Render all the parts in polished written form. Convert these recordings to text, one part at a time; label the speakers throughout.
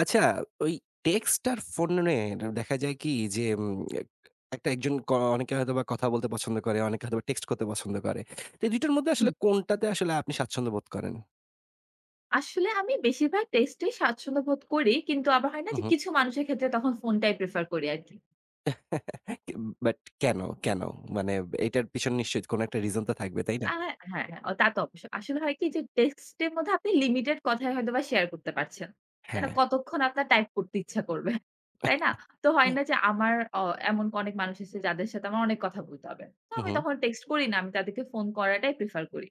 Speaker 1: আচ্ছা, ওই টেক্সট আর ফোনের দেখা যায় কি যে উম এক একটা একজন ক অনেকে হয়তোবা কথা বলতে পছন্দ করে, অনেকে হয়তোবা টেক্সট করতে পছন্দ করে। তো এই ২ টার মধ্যে
Speaker 2: হুম।
Speaker 1: আসলে কোনটাতে আসলে আপনি স্বাচ্ছন্দ্য বোধ করেন?
Speaker 2: আসলে আমি বেশিরভাগ টেক্সটেই স্বাচ্ছন্দ্য বোধ করি। কিন্তু আবার হয় না যে
Speaker 1: উহু,
Speaker 2: কিছু মানুষের ক্ষেত্রে তখন ফোনটাই প্রেফার করি আরকি।
Speaker 1: বাট কেন, কেন? মানে এটার পিছনে নিশ্চয়ই কোনো একটা রিজন তো থাকবে, তাই না?
Speaker 2: হ্যাঁ, হ্যাঁ, ও তা তো অবশ্যই। আসলে হয় কি যে টেক্সটের মধ্যে আপনি লিমিটেড কথাই হয়তোবা শেয়ার করতে পারছেন। তাই
Speaker 1: হ্যাঁ।
Speaker 2: না? কতক্ষণ আপনার টাইপ করতে ইচ্ছা করবে। তাই না? তো হয় না যে আমার অ এমন অনেক মানুষ আছে যাদের সাথে আমার অনেক কথা বলতে হবে। তো আমি
Speaker 1: উহু।
Speaker 2: তখন টেক্সট করি না। আমি তাদেরকে ফোন করাটাই প্রেফার করি।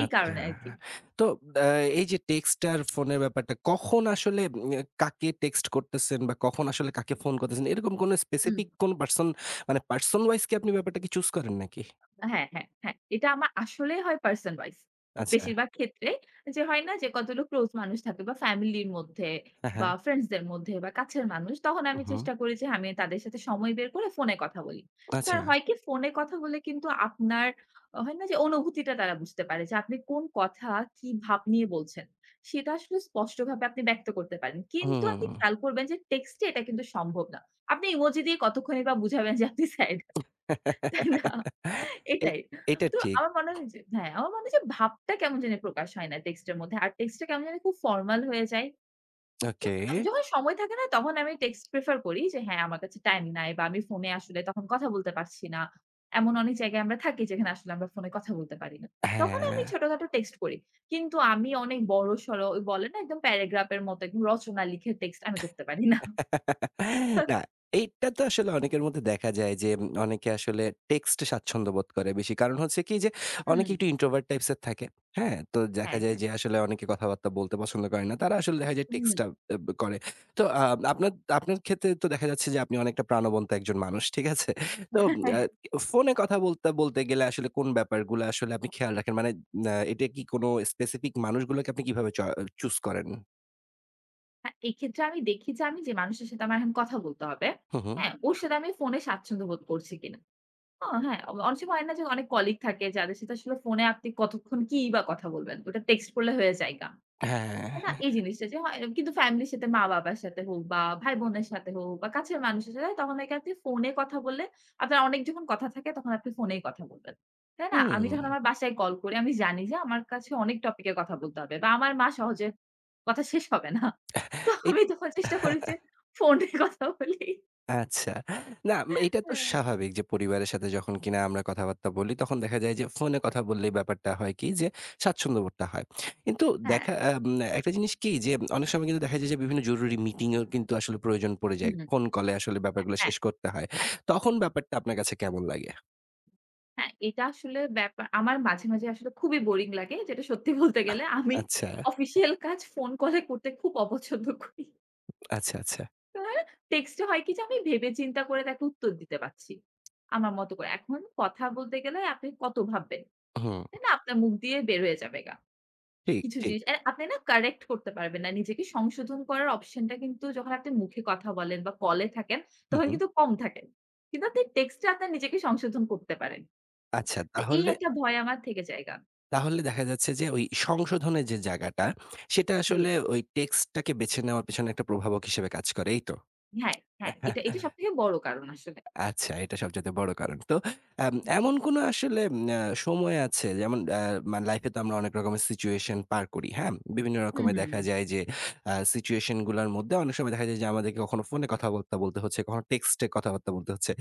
Speaker 2: এই
Speaker 1: আচ্ছা।
Speaker 2: কারণে আরকি।
Speaker 1: তো আ এই যে টেক্সট আর ফোনের ব্যাপারটা, কখন আসলে কাকে টেক্সট করতেছেন বা কখন আসলে কাকে ফোন করতেছেন? এরকম কোনো
Speaker 2: হুম।
Speaker 1: স্পেসিফিক কোন পারসন মানে পারসন ওয়াইজ কি আপনি ব্যাপারটা কি চুজ করেন নাকি?
Speaker 2: হ্যাঁ, হ্যাঁ, হ্যাঁ। এটা আমার আসলেই হয় পারসন ওয়াইজ।
Speaker 1: আচ্ছা।
Speaker 2: বেশিরভাগ ক্ষেত্রে যে হয় না যে কতগুলো ক্লোজ মানুষ থাকে বা ফ্যামিলির মধ্যে
Speaker 1: হ্যাঁ,
Speaker 2: বা
Speaker 1: হ্যাঁ।
Speaker 2: ফ্রেন্ডস দের মধ্যে বা কাছের মানুষ তখন আমি
Speaker 1: উহু।
Speaker 2: চেষ্টা করি যে আমি তাদের সাথে সময় বের করে ফোনে কথা বলি।
Speaker 1: আচ্ছা।
Speaker 2: কারণ হয় কি ফোনে কথা বলে কিন্তু আপনার হয় না যে অনুভূতিটা তারা বুঝতে পারে যে আপনি কোন কথা কি ভাব নিয়ে বলছেন। সেটা আসলে স্পষ্টভাবে আপনি ব্যক্ত করতে পারেন। কিন্তু
Speaker 1: হুম।
Speaker 2: আপনি খেয়াল করবেন যে টেক্সট এ এটা কিন্তু সম্ভব না। আপনি ইমোজি দিয়ে কতক্ষণই বা বুঝাবেন যে আপনি স্যাড। না,
Speaker 1: এই
Speaker 2: এটাই।
Speaker 1: এটা
Speaker 2: তো
Speaker 1: ঠিক।
Speaker 2: আমার মনে হয় যে হ্যাঁ, আমার মনে হয় যে ভাবটা কেমন জানি প্রকাশ হয় না টেক্সটের মধ্যে। আর টেক্সটটা কেমন জানি খুব ফরমাল হয়ে যায়। য
Speaker 1: ওকে।
Speaker 2: যখন সময় থাকে না তখন আমি টেক্সট প্রেফার করি যে হ্যাঁ, আমার কাছে টাইম নাই বা আমি ফোনে আসলে তখন কথা বলতে পারছি না। এমন অনেক জায়গায় আমরা থাকি যেখানে আসলে আমরা ফোনে কথা বলতে পারি না। তখন আমি
Speaker 1: হ্যাঁ।
Speaker 2: ছোটখাটো টেক্সট করি। কিন্তু আমি অনেক বড়সড় ওই বলে না একদম প্যারাগ্রাফ এর মতো একদম রচনা লিখে টেক্সট আমি করতে পারি না।
Speaker 1: না, এইটা তো আসলে অনেকের মধ্যে দেখা যায় যে অনেকে আসলে টেক্সট স্বাচ্ছন্দ্য বোধ করে বেশি। কারণ হচ্ছে কি যে অনেকে
Speaker 2: হুম।
Speaker 1: একটু ইন্ট্রোভার্ট টাইপস এর থাকে। হ্যাঁ? তো দেখা
Speaker 2: হ্যাঁ,
Speaker 1: যায়
Speaker 2: হ্যাঁ।
Speaker 1: যে আসলে অনেকে কথাবার্তা বলতে পছন্দ করে না। তারা আসলে দেখা যায়
Speaker 2: হুম।
Speaker 1: টেক্সট টা এব করে। তো আ আপনার আপনার ক্ষেত্রে তো দেখা যাচ্ছে যে আপনি অনেকটা প্রাণবন্ত একজন মানুষ। ঠিক আছে? তো
Speaker 2: হ্যাঁ।
Speaker 1: আ ফোনে কথা বলতে, বলতে গেলে আসলে কোন ব্যাপারগুলো আসলে আপনি খেয়াল রাখেন? মানে এটা কি কোনো স্পেসিফিক মানুষগুলোকে আপনি কিভাবে চুজ করেন?
Speaker 2: হ্যাঁ, এক্ষেত্রে আমি দেখি যে আমি যে মানুষের সাথে আমার এখন কথা বলতে হবে,
Speaker 1: হু, হু।
Speaker 2: হ্যাঁ, হুম। ওর সাথে আমি ফোনে স্বাচ্ছন্দ্য বোধ করছি কিনা। হ্যাঁ, অনেক সময় হয় না যে অনেক কলিগ থাকে যাদের সাথে আসলে ফোনে আপনি কতক্ষণ কিই বা কথা বলবেন। ওটা টেক্সট করলে হয়ে যায় গা।
Speaker 1: হ্যাঁ।
Speaker 2: না এই জিনিসটা যে হয় কিন্তু ফ্যামিলির সাথে মা-বাবার সাথে হোক বা ভাই-বোনের সাথে হোক বা কাছের মানুষের সাথে তখন নাকি আপনি ফোনে কথা বললে আপনার অনেক যখন কথা থাকে তখন আপনি ফোনেই কথা বলবেন। তাই না? আমি
Speaker 1: হুম।
Speaker 2: যখন আমার বাসায় কল করি আমি জানি যে আমার কাছে অনেক টপিক এ কথা বলতে হবে বা আমার মা সহজে কথা শেষ হবে না। তো
Speaker 1: এই
Speaker 2: আমি তখন চেষ্টা করি যে ফোনে কথা বলি।
Speaker 1: আচ্ছা। না এটা তো
Speaker 2: হ্যাঁ।
Speaker 1: স্বাভাবিক যে পরিবারের সাথে যখন কিনা আমরা কথাবার্তা বলি তখন দেখা যায় যে ফোনে কথা বললেই ব্যাপারটা হয় কি যে স্বাচ্ছন্দ্যবোধটা হয়। কিন্তু
Speaker 2: হ্যাঁ,
Speaker 1: দেখা আম একটা জিনিস কি যে অনেক সময় কিন্তু দেখা যায় যে বিভিন্ন জরুরি মিটিং এও কিন্তু আসলে প্রয়োজন পড়ে
Speaker 2: হুম,
Speaker 1: যায়। ফোন কলে আসলে ব্যাপারগুলো
Speaker 2: হ্যাঁ,
Speaker 1: শেষ করতে হয়।
Speaker 2: হ্যাঁ।
Speaker 1: তখন ব্যাপারটা আপনার কাছে কেমন লাগে?
Speaker 2: হ্যাঁ, এটা আসলে ব্যাপার আমার মাঝে, মাঝে আসলে খুবই বোরিং লাগে। যেটা সত্যি বলতে গেলে আমি
Speaker 1: আচ্ছা,
Speaker 2: অফিসিয়াল কাজ ফোন কলে করতে খুব অপছন্দ করি।
Speaker 1: আচ্ছা, আচ্ছা।
Speaker 2: টেক্সটে হয় কি যে আমি ভেবে চিন্তা করে তাকে উত্তর দিতে পারছি। আমার মতো করে। এখন কথা বলতে গেলে আপনি কত ভাববেন।
Speaker 1: হুম।
Speaker 2: তাই না? আপনার মুখ দিয়ে বের হয়ে যাবেগা।
Speaker 1: ঠিক,
Speaker 2: কিছু
Speaker 1: ঠিক।
Speaker 2: জিনিস আর আপনি না কারেক্ট করতে পারবেন না। নিজেকে সংশোধন করার অপশনটা কিন্তু যখন আপনি মুখে কথা বলেন বা কলে থাকেন
Speaker 1: হু,
Speaker 2: তখন
Speaker 1: হু।
Speaker 2: কিন্তু কম থাকে। কিন্তু আপনি টেক্সটে আপনার নিজেকে সংশোধন করতে পারেন।
Speaker 1: আচ্ছা
Speaker 2: তো এই
Speaker 1: তাহলে
Speaker 2: একটা ভয় আমার থেকে যায় গা।
Speaker 1: তাহলে দেখা যাচ্ছে যে ওই সংশোধনের যে জায়গাটা, সেটা
Speaker 2: জি।
Speaker 1: আসলে ওই টেক্সটটাকে বেছে নেওয়ার পেছনে একটা প্রভাবক হিসেবে কাজ করে, এই তো?
Speaker 2: হ্যাঁ, হ্যাঁ। এটা এটা সবথেকে বড় কারণ আসলে।
Speaker 1: আচ্ছা, এটা সবচাইতে বড় কারণ। তো
Speaker 2: হুম,
Speaker 1: এমন কোনো আসলে উম আ সময় আছে যেমন মানে লাইফে তো আমরা অনেক রকমের সিচুয়েশন পার করি, হ্যাঁ? বিভিন্ন
Speaker 2: হুম,
Speaker 1: রকমের
Speaker 2: হুম।
Speaker 1: দেখা যায় যে সিচুয়েশন গুলার মধ্যে অনেক সময় দেখা যায় যে আমাদেরকে কখনো ফোনে কথাবার্তা বলতে হচ্ছে, কখনো টেক্সটে কথাবার্তা বলতে হচ্ছে।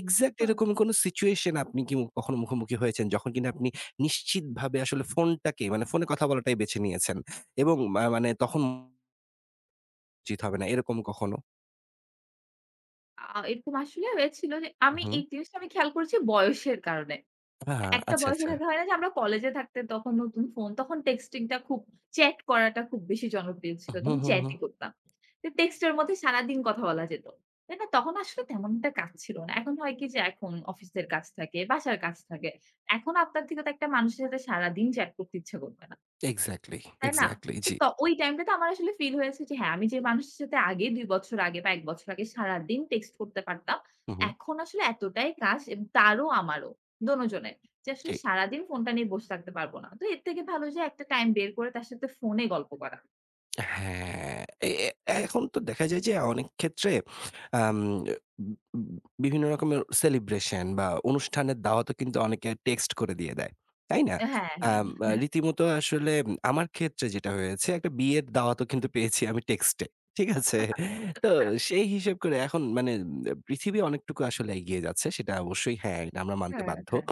Speaker 1: এক্সাক্ট
Speaker 2: হ্যাঁ।
Speaker 1: এরকম কোনো সিচুয়েশন আপনি কি কখনো মুখোমুখি হয়েছেন যখন কিনা আপনি নিশ্চিতভাবে আসলে ফোনটাকে মানে ফোনে কথা বলাটাই বেছে নিয়েছেন এবং মানে তখন উচিত হবে না এরকম কখনো?
Speaker 2: এরকম আসলে হয়েছিল যে আমি
Speaker 1: উহু।
Speaker 2: এই জিনিসটা আমি খেয়াল করেছি বয়সের কারণে।
Speaker 1: আ
Speaker 2: একটা
Speaker 1: আচ্ছা,
Speaker 2: বয়সে
Speaker 1: আচ্ছা।
Speaker 2: থাকা হয় না যে আমরা কলেজে থাকতে তখন নতুন ফোন তখন টেক্সটিংটা খুব চ্যাট করাটা খুব বেশি জনপ্রিয় ছিল।
Speaker 1: হু,
Speaker 2: তখন
Speaker 1: হু, হু।
Speaker 2: চ্যাটই করতাম। তো টেক্সটের মধ্যে সারাদিন কথা বলা যেত। তাই না? তখন আসলে তেমন একটা কাজ ছিল না। এখন হয় কি যে এখন অফিসের কাজ থাকে, বাসার কাজ থাকে। এখন আপনার থেকে তো একটা মানুষের সাথে সারাদিন চ্যাট করতে ইচ্ছা করবে না।
Speaker 1: এক্সাক্টলি,
Speaker 2: তাই না?
Speaker 1: এক্সাক্টলি
Speaker 2: তো
Speaker 1: জি।
Speaker 2: ত ওই টাইমটাতে আমার আসলে ফিল হয়েছে যে হ্যাঁ, আমি যে মানুষের সাথে আগে ২ বছর আগে বা ১ বছর আগে সারাদিন টেক্সট করতে পারতাম,
Speaker 1: হু, হু।
Speaker 2: এখন আসলে এতটাই কাজ তারও আমারও দোনোজনের যে আসলে
Speaker 1: ঠিক।
Speaker 2: সারাদিন ফোনটা নিয়ে বসে থাকতে পারব না। তো এর থেকে ভালো যে একটা টাইম বের করে তার সাথে ফোনে গল্প করা।
Speaker 1: হ্যাঁ, এ এ এখন তো দেখা যায় যে অনেক ক্ষেত্রে আম উব উব বিভিন্ন রকমের সেলিব্রেশন বা অনুষ্ঠানের দাওয়াতও কিন্তু অনেকে টেক্সট করে দিয়ে দেয়। তাই না?
Speaker 2: হ্যাঁ, হ্যাঁ।
Speaker 1: আম আ রীতিমতো আসলে আমার ক্ষেত্রে যেটা হয়েছে একটা বিয়ের দাওয়াতও কিন্তু পেয়েছি আমি টেক্সটে। ঠিক আছে? তো সেই হিসেব করে এখন মানে পৃথিবী অনেকটুকু আসলে এগিয়ে যাচ্ছে। সেটা অবশ্যই হ্যাঁ, এটা আমরা মানতে
Speaker 2: হ্যাঁ,
Speaker 1: বাধ্য।
Speaker 2: হ্যাঁ।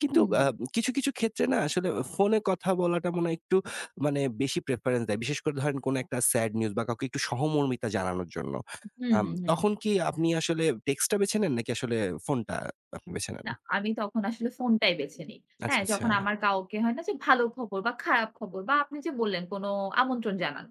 Speaker 1: কিন্তু
Speaker 2: হুম,
Speaker 1: কিছু, কিছু ক্ষেত্রে না আসলে ফোনে কথা বলাটা মনে হয় একটু মানে বেশি প্রেফারেন্স দেয়। বিশেষ করে ধরেন কোনো একটা স্যাড নিউজ বা কাউকে একটু সহমর্মিতা জানানোর জন্য।
Speaker 2: হুম, হুম, হুম।
Speaker 1: তখন কি আপনি আসলে টেক্সটটা বেছে নেন নাকি আসলে ফোনটা আপনি বেছে নেন?
Speaker 2: না, আমি তখন আসলে ফোনটাই বেছে নিই।
Speaker 1: আচ্ছা,
Speaker 2: হ্যাঁ,
Speaker 1: আচ্ছা।
Speaker 2: যখন আমার কাউকে হয় না যে ভালো খবর বা খারাপ খবর বা আপনি যে বললেন কোনো আমন্ত্রণ জানানো।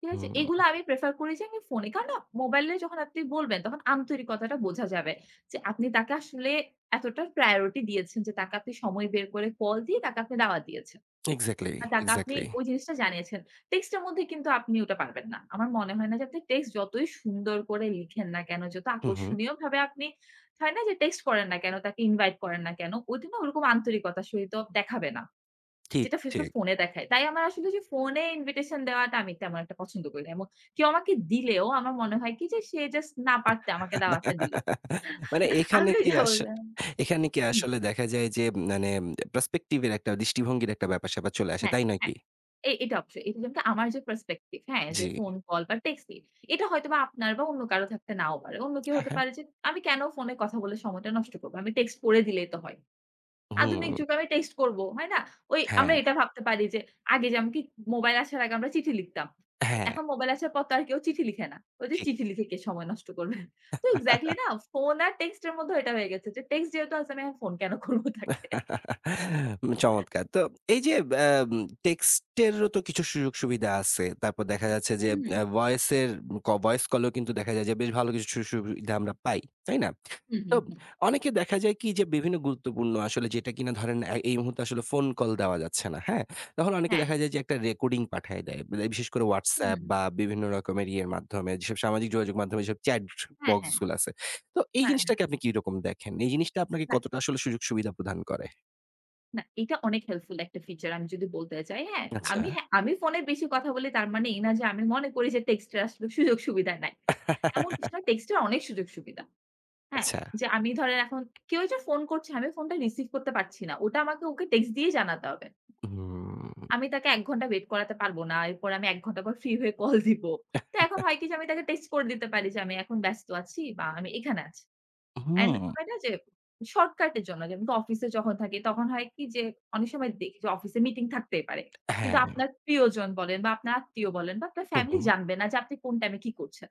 Speaker 2: ঠিক আছে? এগুলো
Speaker 1: হুম,
Speaker 2: আমি প্রেফার করি যে আমি ফোনে। কারণ না মোবাইলে যখন আপনি বলবেন তখন আন্তরিকতাটা বোঝা যাবে। যে আপনি তাকে আসলে এতটা প্রায়োরিটি দিয়েছেন যে তাকে আপনি সময় বের করে কল দিয়ে তাকে আপনি দাওয়াত দিয়েছেন।
Speaker 1: এক্সাক্টলি,
Speaker 2: যাক আপনি
Speaker 1: এক্সাক্টলি।
Speaker 2: ওই জিনিসটা জানিয়েছেন। টেক্সট এর মধ্যে কিন্তু আপনি ওটা পারবেন না। আমার মনে হয় না যে আপনি টেক্সট যতই সুন্দর করে লিখেন না কেন, যত
Speaker 1: হুম, হুম।
Speaker 2: আকর্ষণীয়ভাবে আপনি হয় না যে টেক্সট করেন না কেন, তাকে ইনভাইট করেন না কেন, ওইটা না ওরকম আন্তরিকতার সহিত দেখাবে না।
Speaker 1: ঠিক,
Speaker 2: যেটা ফেসবুক
Speaker 1: ঠিক।
Speaker 2: ফোনে দেখায়। তাই আমার আসলে যে ফোনে ইনভিটেশন দেওয়াটা আমি তেমন একটা পছন্দ করি না। এবং কেউ আমাকে দিলেও আমার মনে হয় কি যে সে জাস্ট না পারতে আমাকে দাওয়াতটা দিল।
Speaker 1: মানে
Speaker 2: আমিও যা বলব
Speaker 1: এখানে কি
Speaker 2: হুম,
Speaker 1: আসলে দেখা যায় যে মানে পার্সপেক্টিভ এর একটা দৃষ্টিভঙ্গির একটা ব্যাপার-স্যাপার চলে আসে।
Speaker 2: হ্যাঁ,
Speaker 1: তাই নয়
Speaker 2: হ্যাঁ।
Speaker 1: কি?
Speaker 2: এটা অবশ্যই। এটা যেমন আমার যে perspective হ্যাঁ? যে
Speaker 1: জি।
Speaker 2: ফোন কল বা টেক্সটিং এটা হয়তোবা আপনার বা অন্য কারো থাকতে নাও পারে। অন্য কেউ
Speaker 1: হ্যাঁ,
Speaker 2: হতে
Speaker 1: হ্যাঁ।
Speaker 2: পারে যে আমি কেন ফোনে কথা বলে সময়টা নষ্ট করব? আমি টেক্সট করে দিলেই তো হয়।
Speaker 1: হুম,
Speaker 2: আধুনিক যুগে আমি টেক্সট করব, হয় না? ওই
Speaker 1: হ্যাঁ,
Speaker 2: আমরা এটা ভাবতে পারি যে আগে যেমন কি মোবাইল আসার আগে আমরা চিঠি লিখতাম। তো
Speaker 1: হ্যাঁ।
Speaker 2: এখন মোবাইল আসার পর তো আর কেউ চিঠি লিখে না। ওই যে
Speaker 1: ঠিক।
Speaker 2: চিঠি লিখে কে সময় নষ্ট করবে? তো এক্সাক্টলি না ফোন আর টেক্সট এর মধ্যেও এটা হয়ে গেছে যে টেক্সট যেহেতু আছে আমি ফোন কেন করব তাকে?
Speaker 1: চমৎকার। তো এই যে আম টেক্সটেরও তো কিছু সুযোগ-সুবিধা আছে। তারপর দেখা যাচ্ছে যে
Speaker 2: হুম, হুম,
Speaker 1: ভয়েসের ভয়েস কলেও কিন্তু দেখা যায় যে বেশ ভালো কিছু সুযোগ-সুবিধা আমরা পাই। তাই না?
Speaker 2: হুম,
Speaker 1: তো
Speaker 2: হুম, হুম।
Speaker 1: অনেকে দেখা যায় কি যে বিভিন্ন গুরুত্বপূর্ণ আসলে যেটা কিনা ধরেন এই মুহূর্তে আসলে ফোন কল দেওয়া যাচ্ছে না, হ্যাঁ? তখন অনেকে
Speaker 2: হ্যাঁ।
Speaker 1: দেখা যায় যে একটা রেকর্ডিং পাঠায় দেয়। মানে বিশেষ করে WhatsApp
Speaker 2: হুম।
Speaker 1: বা বিভিন্ন রকমের ইয়ের মাধ্যমে যেসব সামাজিক যোগাযোগ মাধ্যমে যেসব চ্যাট
Speaker 2: হ্যাঁ,
Speaker 1: বক্স
Speaker 2: হ্যাঁ।
Speaker 1: গুলো আছে। তো এই
Speaker 2: হ্যাঁ, হ্যাঁ।
Speaker 1: জিনিসটাকে আপনি কিরকম দেখেন? এই জিনিসটা আপনাকে কতটা আসলে সুযোগ সুবিধা প্রদান করে?
Speaker 2: না, এটা অনেক হেল্পফুল একটা ফিচার আমি যদি বলতে চাই। হ্যাঁ,
Speaker 1: আচ্ছা।
Speaker 2: আমি ফোনে বেশি কথা বলি তার মানে এই না যে আমি মনে করি যে টেক্সটে আসলে সুযোগ সুবিধা নাই। এমন কিছু না টেক্সটের অনেক সুযোগ সুবিধা। হ্যাঁ,
Speaker 1: আচ্ছা।
Speaker 2: যে আমি ধরেন এখন কেউ যে ফোন করছে আমি ফোনটা রিসিভ করতে পারছি না। ওটা আমাকে ওকে টেক্সট দিয়ে জানাতে হবে।
Speaker 1: হুম,
Speaker 2: আমি তাকে ১ ঘন্টা ওয়েট করাতে পারব না। এরপরে আমি ১ ঘন্টা পর ফ্রি হয়ে কল দিব। তো এখন হয় কি যে আমি তাকে টেক্সট করে দিতে পারি যে আমি এখন ব্যস্ত আছি বা আমি এখানে আছি। অ্যান্ড
Speaker 1: হুম।
Speaker 2: হয় না যে শর্টকাটের জন্য যেমন অফিসে যখন থাকি তখন হয় কি যে অনেক সময় দেখি যে অফিসে মিটিং থাকতেই পারে। কিন্তু
Speaker 1: হ্যাঁ।
Speaker 2: আপনার প্রিয়জন বলেন বা আপনার আত্মীয় বলেন বা আপনার
Speaker 1: হু, হু।
Speaker 2: ফ্যামিলি জানবে না যে আপনি কোন টাইমে কি করছেন।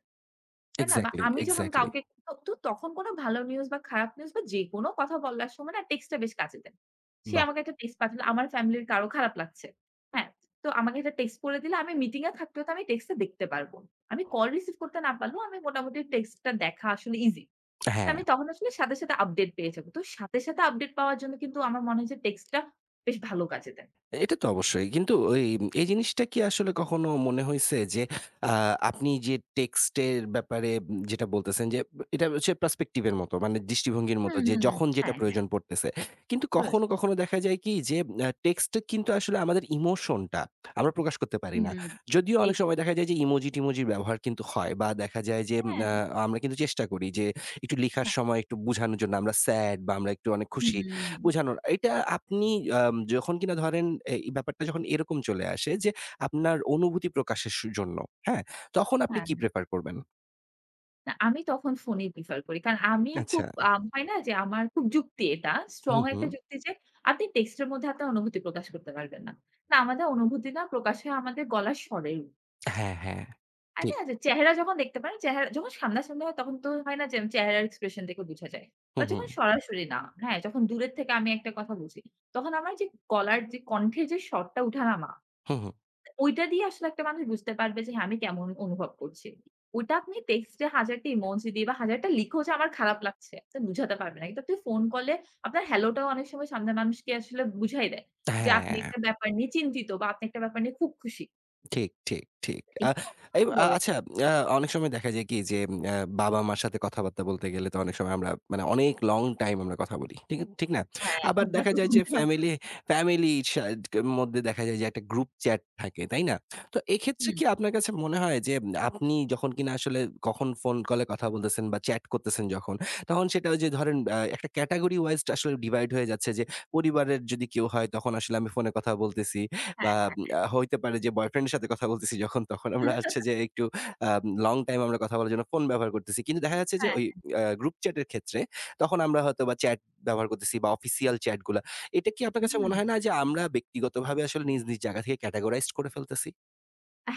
Speaker 2: তাই না? বা
Speaker 1: এক্সাক্টলি,
Speaker 2: আমি যখন
Speaker 1: এক্সাক্টলি।
Speaker 2: কাউকে তো তো তখন কোনো ভালো নিউজ বা খারাপ নিউজ বা যেকোনো কথা বলার সময় না টেক্সট টা বেশ কাজে দেয়। সে
Speaker 1: বাহ!
Speaker 2: আমাকে একটা টেক্সট পাঠালো আমার ফ্যামিলির কারো খারাপ লাগছে। হ্যাঁ, তো আমাকে এটা টেক্সট করে দিলে আমি মিটিং এ থাকলেও তো আমি টেক্সটটা দেখতে পারব। আমি কল রিসিভ করতে না পারলেও আমি মোটামুটি টেক্সটটা দেখা আসলে ইজি। তো
Speaker 1: হ্যাঁ।
Speaker 2: আমি তখন আসলে সাথে, সাথে আপডেট পেয়ে যাবো। তো সাথে, সাথে আপডেট পাওয়ার জন্য কিন্তু আমার মনে হয় যে টেক্সটটা বেশ ভালো কাজে দেয়।
Speaker 1: এটা তো অবশ্যই। কিন্তু ওই এই জিনিসটা কি আসলে কখনো মনে হইছে যে আ আপনি যে টেক্সট এর ব্যাপারে যেটা বলতেছেন যে এটা হচ্ছে পার্সপেক্টিভ এর মতো মানে দৃষ্টিভঙ্গির
Speaker 2: হুম,
Speaker 1: মতো যে
Speaker 2: হুম, হুম।
Speaker 1: যখন যেটা
Speaker 2: হ্যাঁ, হ্যাঁ,
Speaker 1: প্রয়োজন পড়তেছে। কিন্তু কখনো,
Speaker 2: প্রয়োজন।
Speaker 1: কখনো দেখা যায় কি যে টেক্সট কিন্তু আসলে আমাদের ইমোশনটা আমরা প্রকাশ করতে পারি
Speaker 2: হুম।
Speaker 1: না। যদিও অনেক
Speaker 2: এইটাই।
Speaker 1: সময় দেখা যায় যে ইমোজি-টিমোজির ব্যবহার কিন্তু হয় বা দেখা যায় যে
Speaker 2: হ্যাঁ,
Speaker 1: আ আমরা কিন্তু চেষ্টা করি যে একটু লিখার
Speaker 2: হ্যাঁ।
Speaker 1: সময় একটু বুঝানোর জন্য আমরা স্যাড বা আমরা একটু অনেক খুশি
Speaker 2: হুম।
Speaker 1: বুঝানোর। এটা আপনি যখন কিনা ধরেন এই ব্যাপারটা যখন এরকম চলে আসে যে আপনার অনুভূতি প্রকাশের জন্য, হ্যাঁ? তখন আপনি
Speaker 2: হ্যাঁ।
Speaker 1: কি প্রেফার করবেন?
Speaker 2: না, আমি তখন ফোনই প্রিফার করি। কারণ আমি
Speaker 1: আচ্ছা।
Speaker 2: খুব আ হয় না যে আমার খুব যুক্তি এটা। স্ট্রং
Speaker 1: হুম, হুম।
Speaker 2: একটা যুক্তি যে আপনি টেক্সটের মধ্যে আপনার অনুভূতি প্রকাশ করতে পারবেন না। না আমাদের অনুভূতি না প্রকাশ হয় আমাদের গলার স্বরেই।
Speaker 1: হ্যাঁ, হ্যাঁ।
Speaker 2: হয়
Speaker 1: ঠিক।
Speaker 2: না যে চেহারা যখন দেখতে পারেন, চেহারা যখন সামনাসামনি হয় তখন তো হয় না যে চেহারার এক্সপ্রেশন দেখে বোঝা যায়। বা
Speaker 1: হুম, হুম।
Speaker 2: যখন সরাসরি না, হ্যাঁ, যখন দূরের থেকে আমি একটা কথা বুঝি। তখন আমার যে গলার যে কণ্ঠের যে স্বরটা উঠানামা
Speaker 1: হুম, হুম।
Speaker 2: ওইটা দিয়ে আসলে একটা মানুষ বুঝতে পারবে যে হ্যাঁ, আমি কেমন অনুভব করছি। ওটা আপনি টেক্সটে ১০০০ টা ইমোজি দিয়ে বা ১০০০ টা লিখেও যে আমার খারাপ লাগছে, এটা বুঝাতে পারবে না। কিন্তু আপনি ফোন কলে আপনার হ্যালোটাও অনেক সময় সামনের মানুষকে আসলে বুঝাই দেয়। যে আপনি
Speaker 1: হ্যাঁ।
Speaker 2: একটা ব্যাপার নিয়ে চিন্তিত বা আপনি একটা ব্যাপার নিয়ে খুব খুশি।
Speaker 1: ঠিক, ঠিক, ঠিক। আ
Speaker 2: এটা
Speaker 1: এই
Speaker 2: অনেক
Speaker 1: আ
Speaker 2: বড়
Speaker 1: আচ্ছা আ অনেক সময় দেখা যায় কি যে আ বাবা-মার সাথে কথাবার্তা বলতে গেলে তো অনেক সময় আমরা মানে অনেক লং টাইম আমরা কথা বলি। ঠিক ঠিক না?
Speaker 2: হ্যাঁ,
Speaker 1: আবার
Speaker 2: ঘন্টার
Speaker 1: দেখা
Speaker 2: পর
Speaker 1: যায় যে
Speaker 2: ঘন্টা
Speaker 1: ফ্যামিলি ফ্যামিলির সা মধ্যে দেখা যায় যে একটা গ্রুপ চ্যাট থাকে, তাই না? তো এক্ষেত্রে
Speaker 2: হুম।
Speaker 1: কি আপনার কাছে মনে হয় যে আপনি যখন কিনা আসলে কখন ফোন কলে কথা বলতেছেন বা চ্যাট করতেছেন যখন, তখন সেটা ওই যে ধরেন একটা ক্যাটেগরি ওয়াইজ আসলে ডিভাইড হয়ে যাচ্ছে যে পরিবারের যদি কেউ হয় তখন আসলে আমি ফোনে কথা বলতেছি। বা উম আ হইতে পারে যে বয়ফ্রেন্ডের সাথে কথা বলতেছি যখন, তখন আমরা হচ্ছে যে একটু লং টাইম আমরা কথা বলার জন্য ফোন ব্যবহার করতেছি। কিন্তু দেখা যাচ্ছে যে
Speaker 2: হ্যাঁ।
Speaker 1: ওই গ্রুপ চ্যাটের ক্ষেত্রে তখন আমরা হয়তোবা চ্যাট ব্যবহার করতেছি বা অফিসিয়াল চ্যাট গুলা। এটা কি আপনার কাছে মনে
Speaker 2: হুম।
Speaker 1: হয় না যে আমরা ব্যক্তিগতভাবে আসলে নিজ, নিজ জায়গা থেকে ক্যাটেগরাইজড করে ফেলতেছি?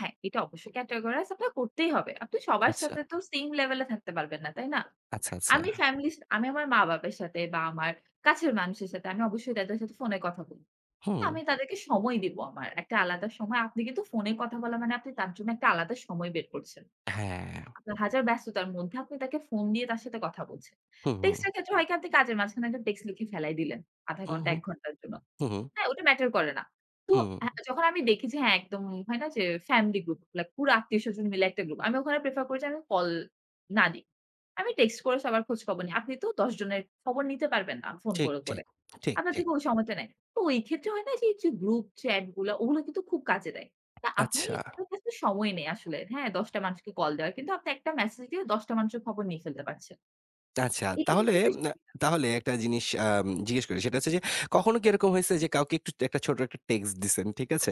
Speaker 2: হ্যাঁ, এটা অবশ্যই categorize আপনার করতেই হবে। আপনি সবার
Speaker 1: আচ্ছা,
Speaker 2: সাথে তো same লেভেলে থাকতে পারবেন না, তাই না?
Speaker 1: আচ্ছা, আচ্ছা।
Speaker 2: আমি ফ্যামিলি আমি আমার মা-বাবার সাথে বা আমার কাছের মানুষের সাথে আমি অবশ্যই তাদের সাথে ফোনে কথা বলি।
Speaker 1: হুম,
Speaker 2: আমি তাদেরকে সময় দিব আমার। একটা আলাদা সময়। আপনি কিন্তু ফোনে কথা বলা মানে আপনি তার জন্য একটা আলাদা সময় বের করছেন।
Speaker 1: হ্যাঁ।
Speaker 2: আপনার হাজার ব্যস্ততার মধ্যে আপনি তাকে ফোন দিয়ে তার সাথে কথা বলছেন।
Speaker 1: হুম, হুম,
Speaker 2: টেক্সটের ক্ষেত্রে হয় কি আপনি কাজের মাঝখানে একটা টেক্সট লিখে ফেলাই দিলেন। ০.৫
Speaker 1: হুম,
Speaker 2: ঘন্টা
Speaker 1: হুম,
Speaker 2: ১ ঘন্টার জন্য।
Speaker 1: হুম, হুম,
Speaker 2: হ্যাঁ, ওটা ম্যাটার করে না। তো
Speaker 1: হুম।
Speaker 2: আ যখন আমি দেখি যে হ্যাঁ, একদম হয় না যে ফ্যামিলি গ্রুপ লাইক পুরো আত্মীয়স্বজন মিলে একটা গ্রুপ। আমি ওখানে প্রেফার করি যে আমি কল না দিই। আমি টেক্সট করে সবার খোঁজ খবর নিই। আপনি তো ১০ জনের খবর নিতে পারবেন না ফোন
Speaker 1: ঠিক,
Speaker 2: করে,
Speaker 1: ঠিক,
Speaker 2: করে।
Speaker 1: ঠিক,
Speaker 2: আপনার
Speaker 1: ঠিক।
Speaker 2: থেকে ওই সময়টা নাই। তো ওই ক্ষেত্রে হয় না যে এই যে গ্রুপ চ্যাট গুলা ওগুলো কিন্তু খুব কাজে দেয়। তা আপনি
Speaker 1: আচ্ছা।
Speaker 2: আপনার কাছে সময় নেই আসলে। হ্যাঁ, ১০ টা মানুষকে কল দেওয়ার। কিন্তু আপনি একটা মেসেজ দিয়ে ১০ টা মানুষের খবর নিয়ে ফেলতে পারছেন।
Speaker 1: আচ্ছা,
Speaker 2: এটা
Speaker 1: তাহলে
Speaker 2: কিন্তু একটা
Speaker 1: আ
Speaker 2: সুবিধা।
Speaker 1: তাহলে একটা জিনিস জিজ্ঞেস করি। সেটা হচ্ছে যে, কখনো কি এরকম হইছে যে, কাউকে একটু একটা ছোট একটা টেক্সট দিছেন, ঠিক আছে?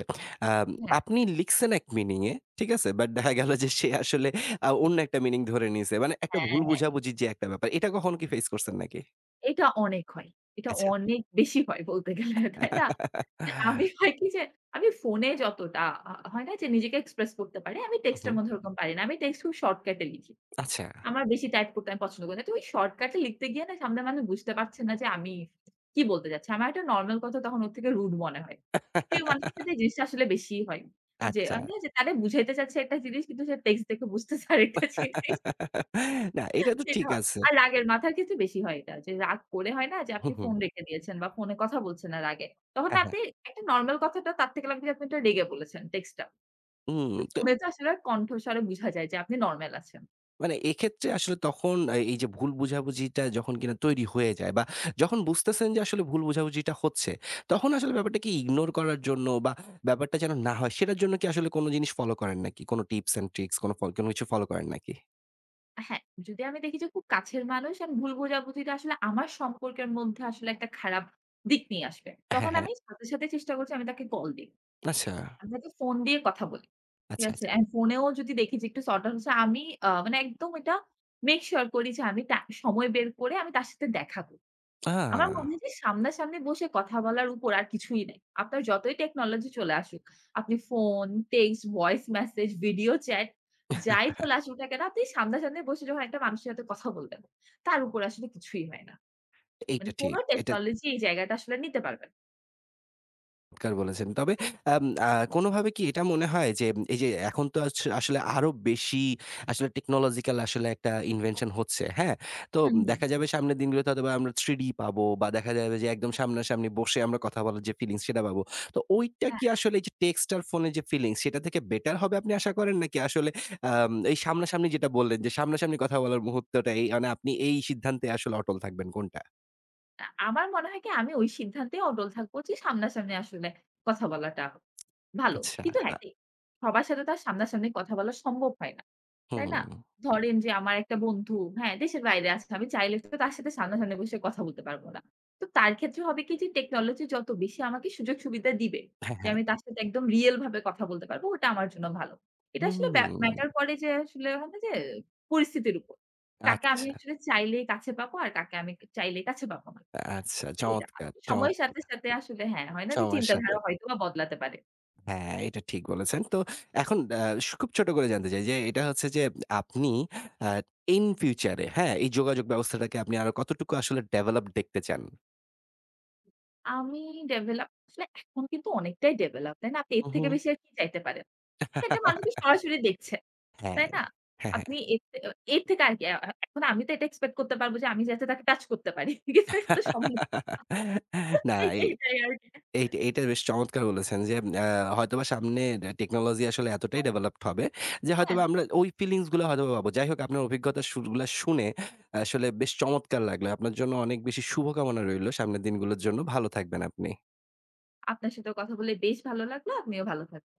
Speaker 1: আম
Speaker 2: হ্যাঁ,
Speaker 1: আপনি লিখছেন এক মিনিং এ, ঠিক আছে? বাট দেখা গেল যে, সে আসলে অন্য একটা মিনিং ধরে নিছে। মানে একটা ভুল
Speaker 2: হ্যাঁ।
Speaker 1: বোঝাবুঝির যে একটা ব্যাপার, এটা কখনো কি ফেস করছেন নাকি?
Speaker 2: এটা অনেক হয়। এটা
Speaker 1: আচ্ছা।
Speaker 2: অনেক বেশি হয় বলতে গেলে, তাই না? যে আমি হয় কি যে আমি ফোনে যতটা হয় না যে নিজেকে এক্সপ্রেস করতে পারি, আমি
Speaker 1: হু,
Speaker 2: টেক্সট
Speaker 1: হু।
Speaker 2: এর মধ্যে ওরকম পারি না। আমি টেক্সট খুব শর্টকাট এ লিখি।
Speaker 1: আচ্ছা।
Speaker 2: আমার বেশি টাইপ করতে আমি পছন্দ করি না। তো ওই শর্টকাট এ লিখতে গিয়ে না সামনের মানুষ বুঝতে পারছে না যে আমি কি বলতে চাচ্ছি। আমার একটা নরমাল কথা তখন ওর থেকে রুড মনে হয়। প্রিয় মানুষের সাথে এই জিনিসটা আসলে বেশিই হয়। যে
Speaker 1: আচ্ছা।
Speaker 2: হয় না যে তারে বুঝাইতে চাচ্ছে একটা জিনিস কিন্তু সে টেক্সট দেখে বুঝতেছে আরেকটা জিনিস।
Speaker 1: না, এটা তো
Speaker 2: সেটা
Speaker 1: ঠিক আছে।
Speaker 2: আর রাগের মাথার ক্ষেত্রে বেশি হয় এটা। যে রাগ করে হয় না যে
Speaker 1: হু,
Speaker 2: আপনি
Speaker 1: হু।
Speaker 2: ফোন রেখে দিয়েছেন বা ফোনে কথা বলছেন না রাগে। তখন
Speaker 1: হ্যাঁ, হ্যাঁ।
Speaker 2: আপনি একটা নরমাল কথাটা তার থেকে লাগবে যে আপনি এটা রেগে বলেছেন টেক্সটটা।
Speaker 1: হুম।
Speaker 2: তো ফোনে তো আসলে কণ্ঠস্বরে বুঝা যায় যে আপনি নরমাল আছেন।
Speaker 1: মানে এক্ষেত্রে আসলে তখন এই যে ভুল বোঝাবুঝিটা যখন কিনা তৈরি হয়ে যায় বা যখন বুঝতেছেন যে আসলে ভুল বোঝাবুঝিটা হচ্ছে, তখন আসলে ব্যাপারটাকে ইগনোর করার জন্য বা ব্যাপারটা যেন না হয় সেটার জন্য কি আসলে কোনো জিনিস ফলো করেন নাকি? কোনো টিপস অ্যান্ড ট্রিকস কোনো কোনো কিছু ফলো করেন নাকি?
Speaker 2: হ্যাঁ, যদি আমি দেখি যে খুব কাছের মানুষ and ভুল বোঝাবুঝিটা আসলে আমার সম্পর্কের মধ্যে আসলে একটা খারাপ দিক নিয়ে আসবে।
Speaker 1: হ্যাঁ,
Speaker 2: তখন
Speaker 1: হ্যাঁ।
Speaker 2: আমি সাথে, সাথে চেষ্টা করছি আমি তাকে কল দিই।
Speaker 1: আচ্ছা,
Speaker 2: আমরা তো ফোন দিয়ে কথা বলি। ঠিক
Speaker 1: আচ্ছা,
Speaker 2: আছে?
Speaker 1: আচ্ছা।
Speaker 2: অ্যান্ড ফোনেও যদি দেখি যে একটু শর্ট আউট হচ্ছে, আমি আ মানে একদম এটা মেক সিউর করি যে আমি টা সময় বের করে আমি তার সাথে দেখা করি।
Speaker 1: আ
Speaker 2: আমার মনে হয় যে সামনাসামনি বসে কথা বলার উপর আর কিছুই নাই। আপনার যতই টেকনোলজি চলে আসুক, আপনি phone, text, voice message, video chat যাই চলে আসুক না কেন, আপনি সামনাসামনি বসে যখন একটা মানুষের সাথে কথা বলবেন, তার উপর আসলে কিছুই হয় না। মানে
Speaker 1: এইটা
Speaker 2: কোন
Speaker 1: ঠিক। এটা
Speaker 2: টেকনোলজি এই জায়গাটা আসলে নিতে পারবে না।
Speaker 1: চমৎকার বলেছেন। তবে আম আ কোনভাবে কি এটা মনে হয় যে, এই যে এখন তো আছ আসলে আরো বেশি আসলে টেকনোলজিক্যাল আসলে একটা ইনভেনশন হচ্ছে, হ্যাঁ? তো
Speaker 2: হুম, হুম।
Speaker 1: দেখা যাবে সামনের দিনগুলোতে হয়তোবা আমরা 3D পাবো বা দেখা যাবে যে একদম সামনাসামনি বসে আমরা কথা বলার যে ফিলিংস সেটা পাবো। তো ওইটা কি আসলে এই যে টেক্সট আর ফোনের যে ফিলিংস সেটা থেকে বেটার হবে আপনি আশা করেন? নাকি আসলে এই সামনাসামনি যেটা বললেন যে সামনাসামনি কথা বলার মুহূর্তটাই মানে আপনি এই সিদ্ধান্তে আসলে অটল থাকবেন কোনটা?
Speaker 2: আমার মনে হয় কি আমি ওই সিদ্ধান্তে অটল থাকবো যে সামনাসামনি আসলে কথা বলাটা ভালো।
Speaker 1: আচ্ছা,
Speaker 2: কিন্তু হুম।
Speaker 1: আ
Speaker 2: হ্যাঁ, ঠিক সবার সাথে তো আর সামনাসামনি কথা বলা সম্ভব হয় না। তাই
Speaker 1: হুম।
Speaker 2: না? ধরেন যে আমার একটা বন্ধু, হ্যাঁ, দেশের বাইরে আছে। আমি চাইলে তো তার সাথে সামনাসামনি বসে কথা বলতে পারব না। তো তার ক্ষেত্রে হবে কি যে টেকনোলজি যত বেশি আমাকে সুযোগ সুবিধা দিবে
Speaker 1: হ্যাঁ,
Speaker 2: যে
Speaker 1: হ্যাঁ।
Speaker 2: আমি তার সাথে একদম রিয়াল ভাবে কথা বলতে পারবো ওটা আমার জন্য ভালো। এটা আসলে
Speaker 1: হুম,
Speaker 2: ম্যাটার করে যে আসলে হয় না যে পরিস্থিতির উপর। কাকে আমি
Speaker 1: আচ্ছা।
Speaker 2: আসলে চাইলেই কাছে পাবো আর কাকে আমি চাইলেই কাছে পাবো না।
Speaker 1: আচ্ছা
Speaker 2: এটা
Speaker 1: চমৎকার,
Speaker 2: আসলে সময়ের সাথে,
Speaker 1: চমৎকার!
Speaker 2: সাথে আসলে হ্যাঁ, হয় না যে
Speaker 1: সময়ের সাথে
Speaker 2: চিন্তাধারা হয়তোবা বদলাতে পারে।
Speaker 1: হ্যাঁ, এটা ঠিক বলেছেন। তো এখন আ সু খুব ছোট করে জানতে চাই যে এটা হচ্ছে যে আপনি আ in future এ হ্যাঁ, এই যোগাযোগ ব্যবস্থাটাকে আপনি আরো কতটুকু আসলে ডেভেলপড দেখতে চান?
Speaker 2: আমি ডেভেলপ আসলে এখন কিন্তু অনেকটাই ডেভেলপ, তাই না? আপনি এর
Speaker 1: উহু।
Speaker 2: থেকে বেশি আর কি চাইতে পারেন? আপনি একটা মানুষকে সরাসরি দেখছেন, তাই
Speaker 1: হ্যাঁ,
Speaker 2: না?
Speaker 1: হ্যাঁ, হ্যাঁ।
Speaker 2: আপনি এর থে আ এর থেকে আর কি আ আ এখন আমি তো এটা এক্সপেক্ট করতে পারব যে আমি যাতে তাকে টাচ করতে পারি। কিন্তু এটা তো সম্ভব
Speaker 1: না
Speaker 2: না।
Speaker 1: এ
Speaker 2: এটাই আর কি।
Speaker 1: এইট এইটা বেশ চমৎকার বলেছেন যে, আ হয়তোবা সামনে টেকনোলজি আসলে এতটাই ডেভেলপড হবে যে,
Speaker 2: হ্যাঁ,
Speaker 1: হয়তোবা আমরা ওই ফিলিংস গুলো হয়তোবা পাবো। যাই হোক আপনার অভিজ্ঞতার সুরগুলা শুনে আসলে বেশ চমৎকার লাগলো। আপনার জন্য অনেক বেশি শুভকামনা রইলো সামনের দিনগুলোর জন্য। ভালো থাকবেন আপনি।
Speaker 2: আপনার সাথেও কথা বলে বেশ ভালো লাগলো। আপনিও ভালো থাকবেন।